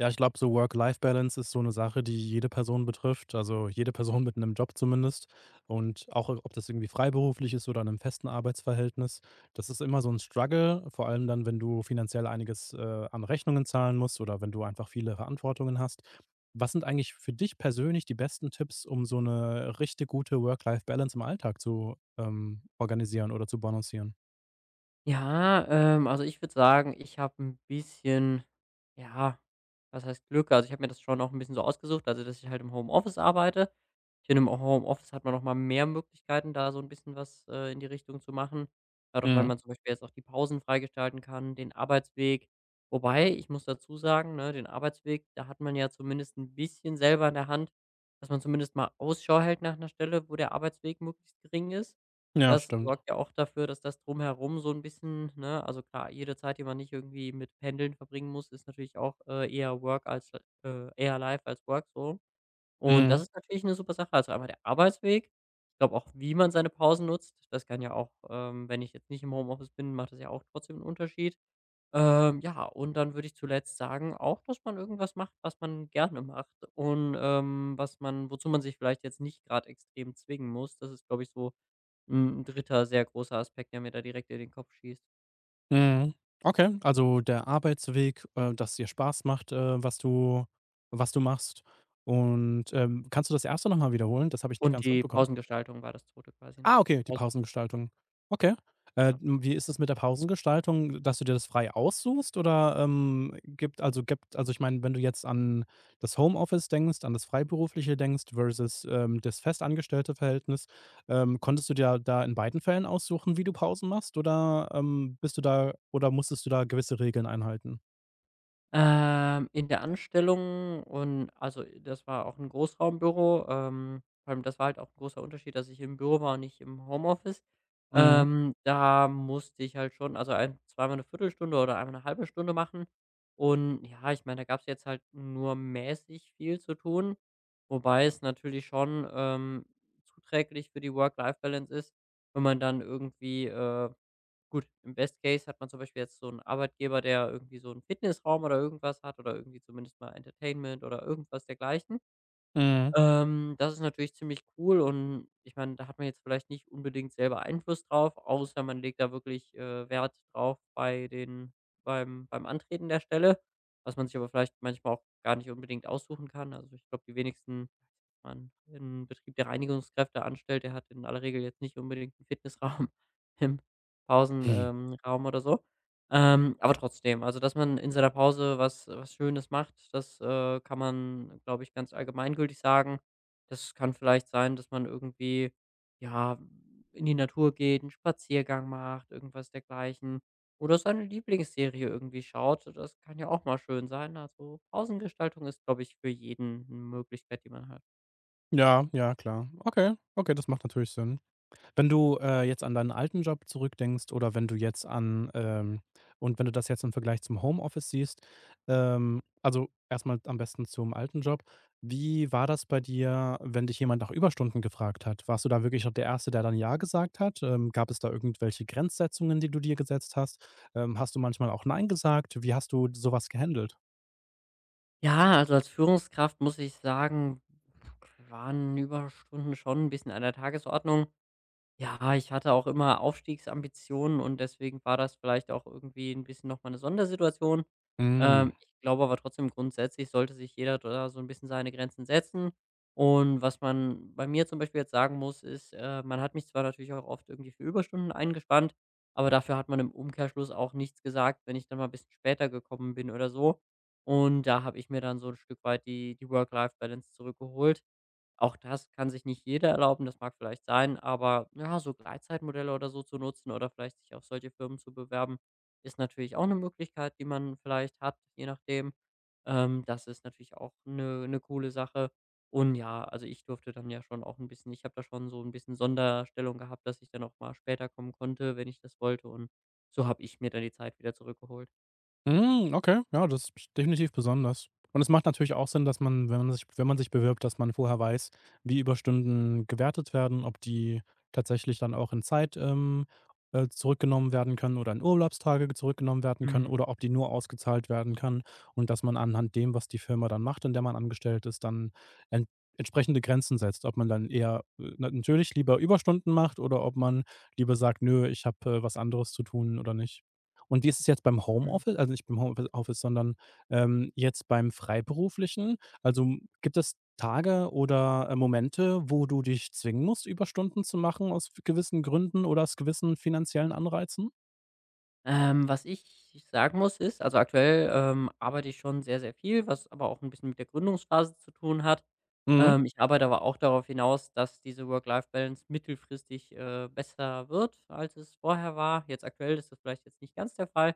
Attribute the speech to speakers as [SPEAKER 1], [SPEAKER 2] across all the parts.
[SPEAKER 1] Ja, ich glaube, so Work-Life-Balance ist so eine Sache, die jede Person betrifft, also jede Person mit einem Job zumindest. Und auch ob das irgendwie freiberuflich ist oder in 'nem festen Arbeitsverhältnis. Das ist immer so ein Struggle, vor allem dann, wenn du finanziell einiges, an Rechnungen zahlen musst oder wenn du einfach viele Verantwortungen hast. Was sind eigentlich für dich persönlich die besten Tipps, um so eine richtig gute Work-Life-Balance im Alltag zu, organisieren oder zu balancieren?
[SPEAKER 2] Ja, also ich würde sagen, ich habe ein bisschen, ja, was heißt Glück? Also, ich habe mir das schon auch ein bisschen so ausgesucht, also, dass ich halt im Homeoffice arbeite. Ich finde, im Homeoffice hat man noch mal mehr Möglichkeiten, da so 'n bisschen was, in die Richtung zu machen, dadurch, weil
[SPEAKER 1] Mhm.
[SPEAKER 2] man zum Beispiel jetzt auch die Pausen freigestalten kann, den Arbeitsweg. Wobei, ich muss dazu sagen, ne, den Arbeitsweg, da hat man ja zumindest 'n bisschen selber in der Hand, dass man zumindest mal Ausschau hält nach 'ner Stelle, wo der Arbeitsweg möglichst gering ist.
[SPEAKER 1] Ja,
[SPEAKER 2] Das
[SPEAKER 1] stimmt.
[SPEAKER 2] sorgt ja auch dafür, dass das Drumherum so 'n bisschen ne, also klar, jede Zeit, die man nicht irgendwie mit Pendeln verbringen muss, ist natürlich auch, eher Work , äh, eher Life als Work so. Und das
[SPEAKER 1] Mhm.
[SPEAKER 2] ist natürlich eine super Sache. Also, einmal der Arbeitsweg. Ich glaube auch, wie man seine Pausen nutzt. Das kann ja auch wenn ich jetzt nicht im Homeoffice bin, macht das ja auch trotzdem einen Unterschied. Ja, und dann würde ich zuletzt sagen auch, dass man irgendwas macht, was man gerne macht und, was man wozu man sich vielleicht jetzt nicht gerade extrem zwingen muss. Das ist, glaube ich, so ein dritter sehr großer Aspekt, der mir da direkt in den Kopf schießt.
[SPEAKER 1] Mhm. Okay, also der Arbeitsweg, dass dir Spaß macht, was du machst. Und, kannst du das erste noch mal wiederholen? Das habe ich nicht
[SPEAKER 2] Und
[SPEAKER 1] ganz
[SPEAKER 2] die
[SPEAKER 1] mitbekommen.
[SPEAKER 2] Pausengestaltung war das 2. quasi noch.
[SPEAKER 1] Ah, okay, die
[SPEAKER 2] Pausen,
[SPEAKER 1] Pausengestaltung. Okay.
[SPEAKER 2] ja.
[SPEAKER 1] Wie ist es mit der Pausengestaltung, dass du dir das frei aussuchst oder, gibt also, ich meine, wenn du jetzt an das Homeoffice denkst, an das Freiberufliche denkst versus, das festangestellte Verhältnis, konntest du dir da in beiden Fällen aussuchen, wie du Pausen machst oder, bist du da oder musstest du da gewisse Regeln einhalten?
[SPEAKER 2] In der Anstellung und also, das war auch 'n Großraumbüro, vor allem das war halt auch 'n großer Unterschied, dass ich im Büro war und nicht im Homeoffice.
[SPEAKER 1] Mhm,
[SPEAKER 2] Da musste ich halt schon, also, ein zweimal 'ne Viertelstunde oder einmal 'ne halbe Stunde machen, und ja, ich meine, da gab's jetzt halt nur mäßig viel zu tun, wobei es natürlich schon, zuträglich für die Work-Life-Balance ist, wenn man dann irgendwie, Gut, im Best Case hat man zum Beispiel jetzt so einen Arbeitgeber, der irgendwie so einen Fitnessraum oder irgendwas hat oder irgendwie zumindest mal Entertainment oder irgendwas dergleichen.
[SPEAKER 1] mhm.
[SPEAKER 2] Das ist natürlich ziemlich cool und ich meine, da hat man jetzt vielleicht nicht unbedingt selber Einfluss drauf, außer man legt da wirklich, Wert drauf bei den beim beim Antreten der Stelle, was man sich aber vielleicht manchmal auch gar nicht unbedingt aussuchen kann. Also, ich glaube, die wenigsten man einen Betrieb, der Reinigungskräfte anstellt, der hat in aller Regel jetzt nicht unbedingt einen Fitnessraum im
[SPEAKER 1] Hm.
[SPEAKER 2] Pausenraum Raum oder so. Aber trotzdem, also, dass man in seiner Pause was Schönes macht, das, kann man, glaube ich, ganz allgemeingültig sagen. Das kann vielleicht sein, dass man irgendwie, ja, in die Natur geht, einen Spaziergang macht, irgendwas dergleichen oder seine Lieblingsserie irgendwie schaut. Das kann ja auch mal schön sein. Also, Pausengestaltung ist, glaube ich, für jeden 'ne Möglichkeit, die man hat.
[SPEAKER 1] Ja, ja, klar. Okay, okay, das macht natürlich Sinn. Wenn du, jetzt an deinen alten Job zurückdenkst oder wenn du jetzt an, und wenn du das jetzt im Vergleich zum Homeoffice siehst, also erstmal am besten zum alten Job. Wie war das bei dir, wenn dich jemand nach Überstunden gefragt hat? Warst du da wirklich noch der Erste, der dann „ja" gesagt hat? Gab es da irgendwelche Grenzsetzungen, die du dir gesetzt hast? Hast du manchmal auch „nein" gesagt? Wie hast du sowas gehandelt?
[SPEAKER 2] Ja, also als Führungskraft muss ich sagen, waren Überstunden schon ein bisschen an der Tagesordnung. Ja, ich hatte auch immer Aufstiegsambitionen und deswegen war das vielleicht auch irgendwie ein bisschen noch mal 'ne Sondersituation.
[SPEAKER 1] Hm.
[SPEAKER 2] Ich glaube aber trotzdem grundsätzlich sollte sich jeder da so ein bisschen seine Grenzen setzen. Und was man bei mir zum Beispiel jetzt sagen muss, ist, man hat mich zwar natürlich auch oft irgendwie für Überstunden eingespannt, aber dafür hat man im Umkehrschluss auch nichts gesagt, wenn ich dann mal ein bisschen später gekommen bin oder so. Und da habe ich mir dann so ein Stück weit die Work-Life-Balance zurückgeholt. Auch das kann sich nicht jeder erlauben, das mag vielleicht sein, aber ja, so Gleitzeitmodelle oder so zu nutzen oder vielleicht sich auf solche Firmen zu bewerben, ist natürlich auch eine Möglichkeit, die man vielleicht hat, je nachdem. Das ist natürlich auch eine 'ne coole Sache. Und ja, also, ich durfte dann ja schon auch ein bisschen ich habe da schon so ein bisschen Sonderstellung gehabt, dass ich dann auch mal später kommen konnte, wenn ich das wollte, und so habe ich mir dann die Zeit wieder zurückgeholt.
[SPEAKER 1] Hm, okay, ja, das ist definitiv besonders. Und es macht natürlich auch Sinn, dass man, wenn man sich bewirbt, dass man vorher weiß, wie Überstunden gewertet werden, ob die tatsächlich dann auch in Zeit, zurückgenommen werden können oder in Urlaubstage zurückgenommen werden können
[SPEAKER 2] Mhm.
[SPEAKER 1] oder ob die nur ausgezahlt werden kann und dass man anhand dem, was die Firma dann macht, in der man angestellt ist, dann en entsprechende Grenzen setzt. Ob man dann eher, natürlich lieber Überstunden macht oder ob man lieber sagt: „Nö, ich habe, was anderes zu tun" oder nicht. Und wie ist es jetzt beim
[SPEAKER 2] Mhm.
[SPEAKER 1] Homeoffice also, nicht beim Homeoffice sondern, jetzt beim Freiberuflichen? Also, gibt es Tage oder, Momente, wo du dich zwingen musst, Überstunden zu machen aus gewissen Gründen oder aus gewissen finanziellen Anreizen?
[SPEAKER 2] Was ich sagen muss, ist also, aktuell, arbeite ich schon sehr, sehr viel, was aber auch ein bisschen mit der Gründungsphase zu tun hat.
[SPEAKER 1] Mhm.
[SPEAKER 2] Ich arbeite aber auch darauf hinaus, dass diese Work-Life-Balance mittelfristig, besser wird, als es vorher war. Jetzt aktuell ist das vielleicht jetzt nicht ganz der Fall,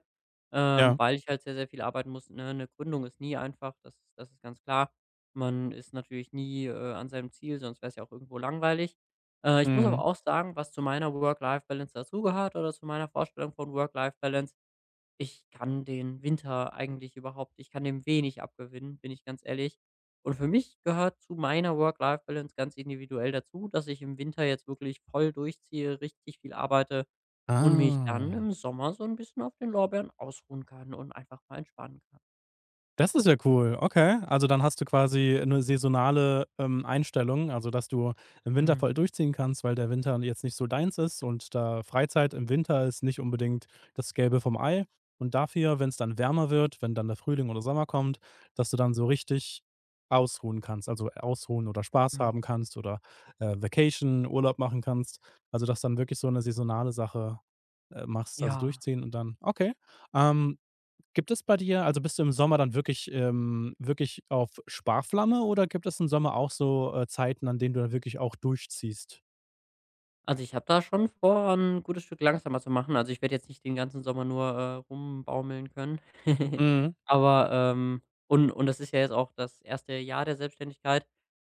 [SPEAKER 1] Ja.
[SPEAKER 2] weil ich halt sehr, sehr viel arbeiten muss, ne? 'Ne Gründung ist nie einfach, das ist ganz klar. Man ist natürlich nie, an seinem Ziel, sonst wäre es ja auch irgendwo langweilig. Ich muss aber
[SPEAKER 1] Mhm.
[SPEAKER 2] auch sagen, was zu meiner Work-Life-Balance dazugehört oder zu meiner Vorstellung von Work-Life-Balance, ich kann den Winter eigentlich überhaupt ich kann dem wenig abgewinnen, bin ich ganz ehrlich. Und für mich gehört zu meiner Work-Life-Balance ganz individuell dazu, dass ich im Winter jetzt wirklich voll durchziehe, richtig viel arbeite und mich dann
[SPEAKER 1] Ah.
[SPEAKER 2] im Sommer so ein bisschen auf den Lorbeeren ausruhen kann und einfach mal entspannen kann.
[SPEAKER 1] Das ist ja cool. Okay. Also, dann hast du quasi 'ne saisonale, Einstellung, also, dass du im Winter
[SPEAKER 2] Mhm,
[SPEAKER 1] voll durchziehen kannst, weil der Winter jetzt nicht so deins ist und da Freizeit im Winter ist nicht unbedingt das Gelbe vom Ei. Und dafür, wenn es dann wärmer wird, wenn dann der Frühling oder Sommer kommt, dass du dann so richtig ausruhen kannst, also, ausruhen oder Spaß
[SPEAKER 2] mhm.
[SPEAKER 1] haben kannst oder, Vacation, Urlaub machen kannst. Also, dass dann wirklich so eine saisonale Sache, machst, also,
[SPEAKER 2] Ja.
[SPEAKER 1] durchziehen und dann okay. Ähm, Gibt es bei dir also, bist du im Sommer dann wirklich wirklich auf Sparflamme oder gibt es im Sommer auch so, Zeiten, an denen du dann wirklich auch durchziehst?
[SPEAKER 2] Also, ich habe da schon vor, ein gutes Stück langsamer zu machen. Also, ich werde jetzt nicht den ganzen Sommer nur, rumbaumeln können.
[SPEAKER 1] Mhm.
[SPEAKER 2] Aber, und das ist ja jetzt auch das erste Jahr der Selbstständigkeit.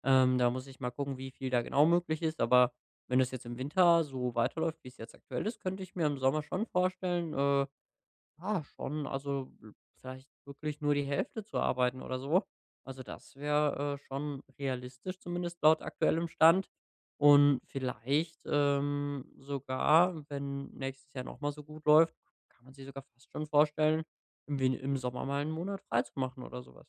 [SPEAKER 2] Da muss ich mal gucken, wie viel da genau möglich ist. Aber wenn das jetzt im Winter so weiterläuft, wie es jetzt aktuell ist, könnte ich mir im Sommer schon vorstellen, ja, schon. Also vielleicht wirklich nur die Hälfte zu arbeiten oder so. Also das wäre schon realistisch, zumindest laut aktuellem Stand. Und vielleicht sogar, wenn nächstes Jahr nochmal so gut läuft, kann man sich sogar fast schon vorstellen, im Sommer mal einen Monat frei zu machen oder sowas.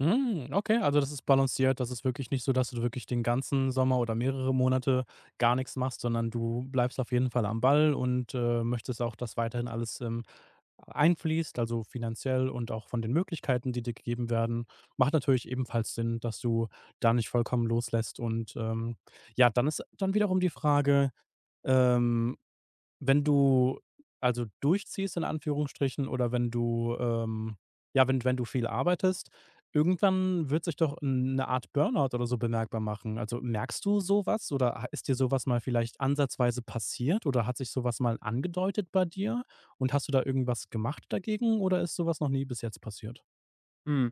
[SPEAKER 1] Hm, okay, also das ist balanciert. Das ist wirklich nicht so, dass du wirklich den ganzen Sommer oder mehrere Monate gar nichts machst, sondern du bleibst auf jeden Fall am Ball und, möchtest auch, dass weiterhin alles, einfließt, also finanziell und auch von den Möglichkeiten, die dir gegeben werden. Macht natürlich ebenfalls Sinn, dass du da nicht vollkommen loslässt und, ja, dann ist dann wiederum die Frage, ähm wenn du also durchziehst in Anführungsstrichen oder wenn du, ja, wenn du viel arbeitest, irgendwann wird sich doch eine Art Burnout oder so bemerkbar machen. Also, merkst du sowas oder ha ist dir sowas mal vielleicht ansatzweise passiert oder hat sich sowas mal angedeutet bei dir? Und hast du da irgendwas gemacht dagegen oder ist sowas noch nie bis jetzt passiert?
[SPEAKER 2] Hm.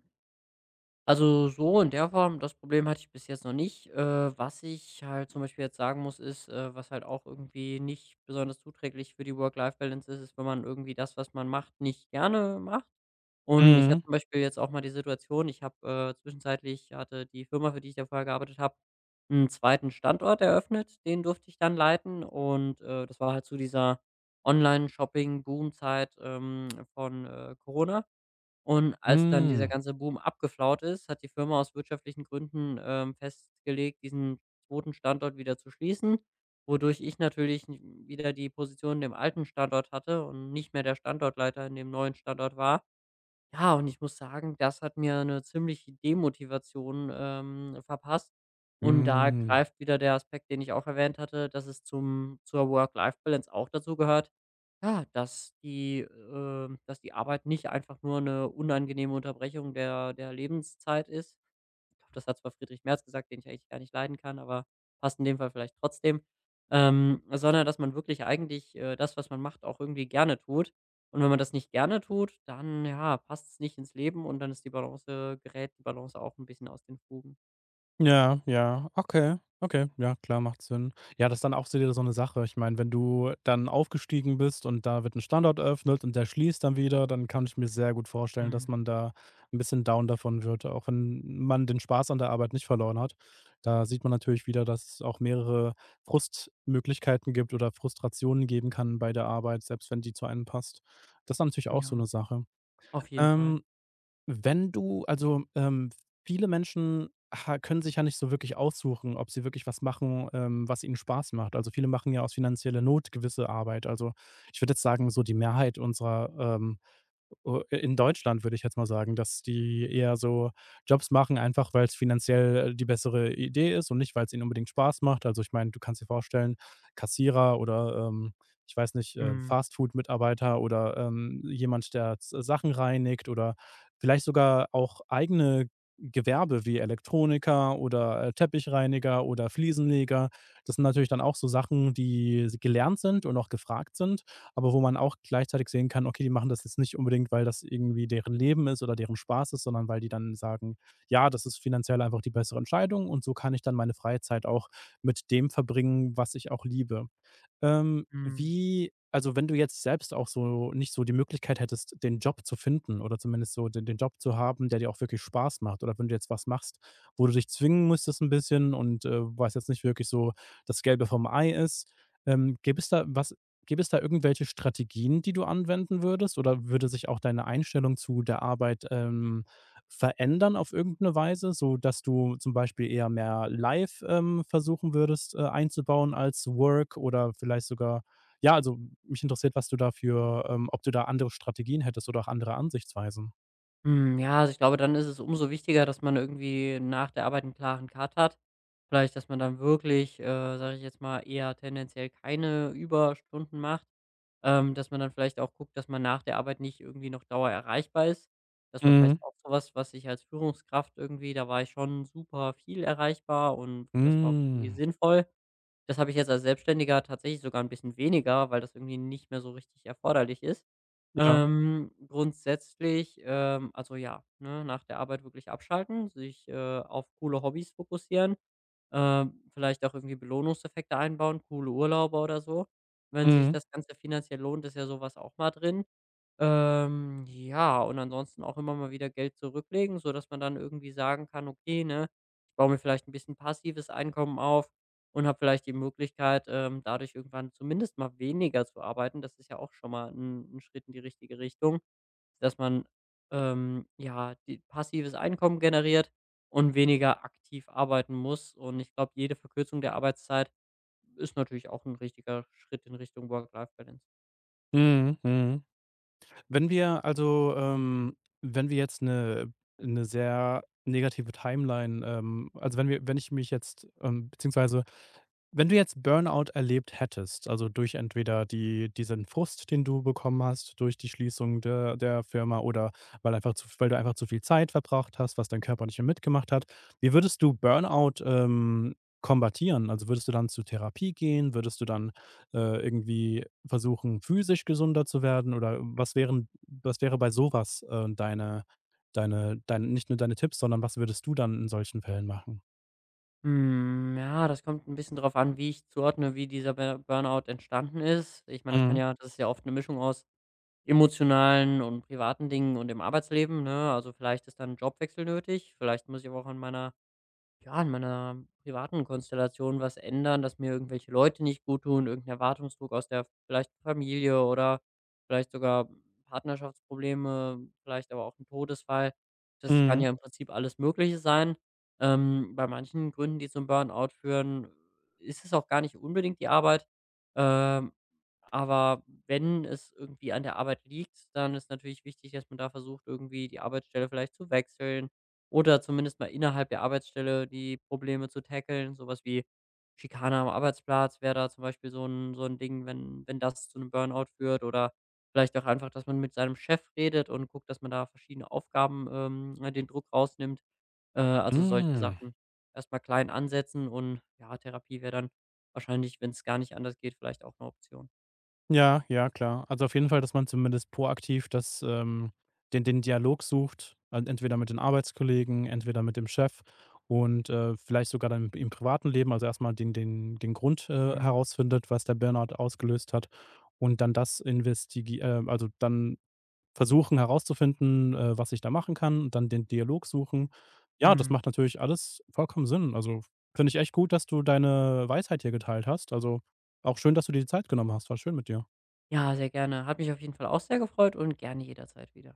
[SPEAKER 2] Also, so in der Form, das Problem hatte ich bis jetzt noch nicht. Was ich halt zum Beispiel jetzt sagen muss, ist, was halt auch irgendwie nicht besonders zuträglich für die Work-Life-Balance ist, ist, wenn man irgendwie das, was man macht, nicht gerne macht. Und ich
[SPEAKER 1] Mhm.
[SPEAKER 2] hatte zum Beispiel jetzt auch mal die Situation, ich habe zwischenzeitlich hatte die Firma, für die ich da vorher gearbeitet habe, einen zweiten Standort eröffnet. Den durfte ich dann leiten. Und das war halt zu dieser Online-Shopping-Boom-Zeit von Corona. Und als dann dieser
[SPEAKER 1] Mhm.
[SPEAKER 2] ganze Boom abgeflaut ist, hat die Firma aus wirtschaftlichen Gründen, festgelegt, diesen zweiten Standort wieder zu schließen, wodurch ich natürlich n wieder die Position im alten Standort hatte und nicht mehr der Standortleiter in dem neuen Standort war. Ja, und ich muss sagen, das hat mir eine ziemliche Demotivation, verpasst. Und da
[SPEAKER 1] Mhm.
[SPEAKER 2] greift wieder der Aspekt, den ich auch erwähnt hatte, dass es zum zur Work-Life-Balance auch dazu gehört. Ja, dass die Arbeit nicht einfach nur eine unangenehme Unterbrechung der Lebenszeit ist. Ich glaube, das hat zwar Friedrich Merz gesagt, den ich eigentlich gar nicht leiden kann, aber passt in dem Fall vielleicht trotzdem. Sondern dass man wirklich eigentlich, das, was man macht, auch irgendwie gerne tut. Und wenn man das nicht gerne tut, dann, ja, passt es nicht ins Leben und dann ist die Balance gerät die Balance auch ein bisschen aus den Fugen.
[SPEAKER 1] Ja, ja, okay, okay, ja, klar, macht Sinn. Ja, das ist dann auch so wieder so eine Sache. Ich meine, wenn du dann aufgestiegen bist und da wird ein Standort eröffnet und der schließt dann wieder, dann kann ich mir sehr gut vorstellen, dass
[SPEAKER 2] Mhm.
[SPEAKER 1] man da ein bisschen down davon wird, auch wenn man den Spaß an der Arbeit nicht verloren hat. Da sieht man natürlich wieder, dass es auch mehrere Frustmöglichkeiten gibt oder Frustrationen geben kann bei der Arbeit, selbst wenn die zu einem passt. Das ist dann natürlich auch so
[SPEAKER 2] Ja,
[SPEAKER 1] eine Sache.
[SPEAKER 2] auf jeden Fall.
[SPEAKER 1] Ähm wenn du also, viele Menschen ha können sich ja nicht so wirklich aussuchen, ob sie wirklich was machen, was ihnen Spaß macht. Also, viele machen ja aus finanzieller Not gewisse Arbeit. Also, ich würde jetzt sagen, so die Mehrheit unserer, O in Deutschland würde ich jetzt mal sagen, dass die eher so Jobs machen, einfach weil es finanziell, die bessere Idee ist und nicht, weil es ihnen unbedingt Spaß macht. Also, ich meine, du kannst dir vorstellen, Kassierer oder, ich weiß nicht,
[SPEAKER 2] Mhm.
[SPEAKER 1] Fastfood-Mitarbeiter oder, jemand, der S Sachen reinigt oder vielleicht sogar auch eigene Gewerbe wie Elektroniker oder, Teppichreiniger oder Fliesenleger. Das sind natürlich dann auch so Sachen, die gelernt sind und auch gefragt sind aber wo man auch gleichzeitig sehen kann, okay, die machen das jetzt nicht unbedingt, weil das irgendwie deren Leben ist oder deren Spaß ist, sondern weil die dann sagen, ja, das ist finanziell einfach die bessere Entscheidung und so kann ich dann meine freie Zeit auch mit dem verbringen, was ich auch liebe.
[SPEAKER 2] Mhm.
[SPEAKER 1] Wie also, wenn du jetzt selbst auch so nicht so die Möglichkeit hättest, den Job zu finden oder zumindest so den Job zu haben, der dir auch wirklich Spaß macht oder wenn du jetzt was machst, wo du dich zwingen müsstest ein bisschen und, was jetzt nicht wirklich so das Gelbe vom Ei ist, ähm, gäbe es da was gäbe es da irgendwelche Strategien, die du anwenden würdest oder würde sich auch deine Einstellung zu der Arbeit, verändern auf irgendeine Weise, so dass du zum Beispiel eher mehr live, versuchen würdest, einzubauen als Work oder vielleicht sogar ja, also, mich interessiert, was du dafür, ob du da andere Strategien hättest oder auch andere Ansichtsweisen?
[SPEAKER 2] Hm, ja, also ich glaube, dann ist es umso wichtiger, dass man irgendwie nach der Arbeit einen klaren Cut hat. Vielleicht, dass man dann wirklich, sage ich jetzt mal, eher tendenziell keine Überstunden macht. Dass man dann vielleicht auch guckt, dass man nach der Arbeit nicht irgendwie noch Dauer erreichbar ist. Das war
[SPEAKER 1] Mhm.
[SPEAKER 2] vielleicht auch so was, was ich als Führungskraft irgendwie da war ich schon super viel erreichbar und das war auch irgendwie
[SPEAKER 1] Hm.
[SPEAKER 2] sinnvoll. Das habe ich jetzt als Selbstständiger tatsächlich sogar ein bisschen weniger, weil das irgendwie nicht mehr so richtig erforderlich ist.
[SPEAKER 1] Ja.
[SPEAKER 2] Grundsätzlich, also ja, ne, nach der Arbeit wirklich abschalten, sich, auf coole Hobbys fokussieren, vielleicht auch irgendwie Belohnungseffekte einbauen, coole Urlaube oder so. Wenn sich
[SPEAKER 1] Mhm.
[SPEAKER 2] das Ganze finanziell lohnt, ist ja sowas auch mal drin. Ja, und ansonsten auch immer mal wieder Geld zurücklegen, sodass man dann irgendwie sagen kann: „Okay, ne, ich baue mir vielleicht ein bisschen passives Einkommen auf.“ und habe vielleicht die Möglichkeit, dadurch irgendwann zumindest mal weniger zu arbeiten. Das ist ja auch schon mal 'n Schritt in die richtige Richtung, dass man, ja, die passives Einkommen generiert und weniger aktiv arbeiten muss. Und ich glaube, jede Verkürzung der Arbeitszeit ist natürlich auch ein richtiger Schritt in Richtung Work-Life-Balance.
[SPEAKER 1] Mhm. Mhm. Wenn wir also, wenn wir jetzt eine sehr negative Timeline, also, wenn wir wenn ich mich jetzt, beziehungsweise wenn du jetzt Burnout erlebt hättest, also durch entweder diesen Frust, den du bekommen hast durch die Schließung der Firma oder weil einfach zu weil du einfach zu viel Zeit verbracht hast, was dein Körper nicht mehr mitgemacht hat. Wie würdest du Burnout, kombatieren? Also, würdest du dann zu Therapie gehen? Würdest du dann, irgendwie versuchen, physisch gesunder zu werden? Oder was wäre bei sowas deine deine dein nicht nur deine Tipps, sondern was würdest du dann in solchen Fällen machen?
[SPEAKER 2] Hm, ja, das kommt ein bisschen drauf an, wie ich zuordne, wie dieser Burnout entstanden ist. Ich meine, das kann
[SPEAKER 1] Mhm,
[SPEAKER 2] ja das ist ja oft eine Mischung aus emotionalen und privaten Dingen und im Arbeitsleben, ne? Also, vielleicht ist dann ein Jobwechsel nötig, vielleicht muss ich aber auch an meiner ja, in meiner privaten Konstellation was ändern, dass mir irgendwelche Leute nicht gut tun 'n Erwartungsdruck aus der vielleicht Familie oder vielleicht sogar Partnerschaftsprobleme, vielleicht aber auch ein Todesfall. Das kann
[SPEAKER 1] mhm,
[SPEAKER 2] ja im Prinzip alles Mögliche sein. Bei manchen Gründen, die zum Burnout führen, ist es auch gar nicht unbedingt die Arbeit. Ähm, aber wenn es irgendwie an der Arbeit liegt, dann ist natürlich wichtig, dass man da versucht, irgendwie die Arbeitsstelle vielleicht zu wechseln oder zumindest mal innerhalb der Arbeitsstelle die Probleme zu tackeln, sowas wie Schikane am Arbeitsplatz wäre da zum Beispiel so ein Ding, wenn das zu einem Burnout führt oder vielleicht auch einfach, dass man mit seinem Chef redet und guckt, dass man da verschiedene Aufgaben, ne, den Druck rausnimmt. Also solche
[SPEAKER 1] hm.
[SPEAKER 2] Sachen erstmal mal klein ansetzen und ja, Therapie wäre dann wahrscheinlich, wenn es gar nicht anders geht, vielleicht auch eine Option.
[SPEAKER 1] Ja, ja, klar. Also auf jeden Fall, dass man zumindest proaktiv das, den, den Dialog sucht, entweder mit den Arbeitskollegen, entweder mit dem Chef und vielleicht sogar dann im im privaten Leben, also erstmal den, den, den Grund
[SPEAKER 2] Mhm,
[SPEAKER 1] herausfindet, was der Burnout ausgelöst hat und dann das investigi also dann versuchen herauszufinden, was ich da machen kann und dann den Dialog suchen. Ja, das
[SPEAKER 2] mhm.
[SPEAKER 1] macht natürlich alles vollkommen Sinn. Also finde ich echt gut, dass du deine Weisheit hier geteilt hast. Also auch schön, dass du dir die Zeit genommen hast. War schön mit dir.
[SPEAKER 2] Ja, sehr gerne. Hat mich auf jeden Fall auch sehr gefreut und gerne jederzeit wieder.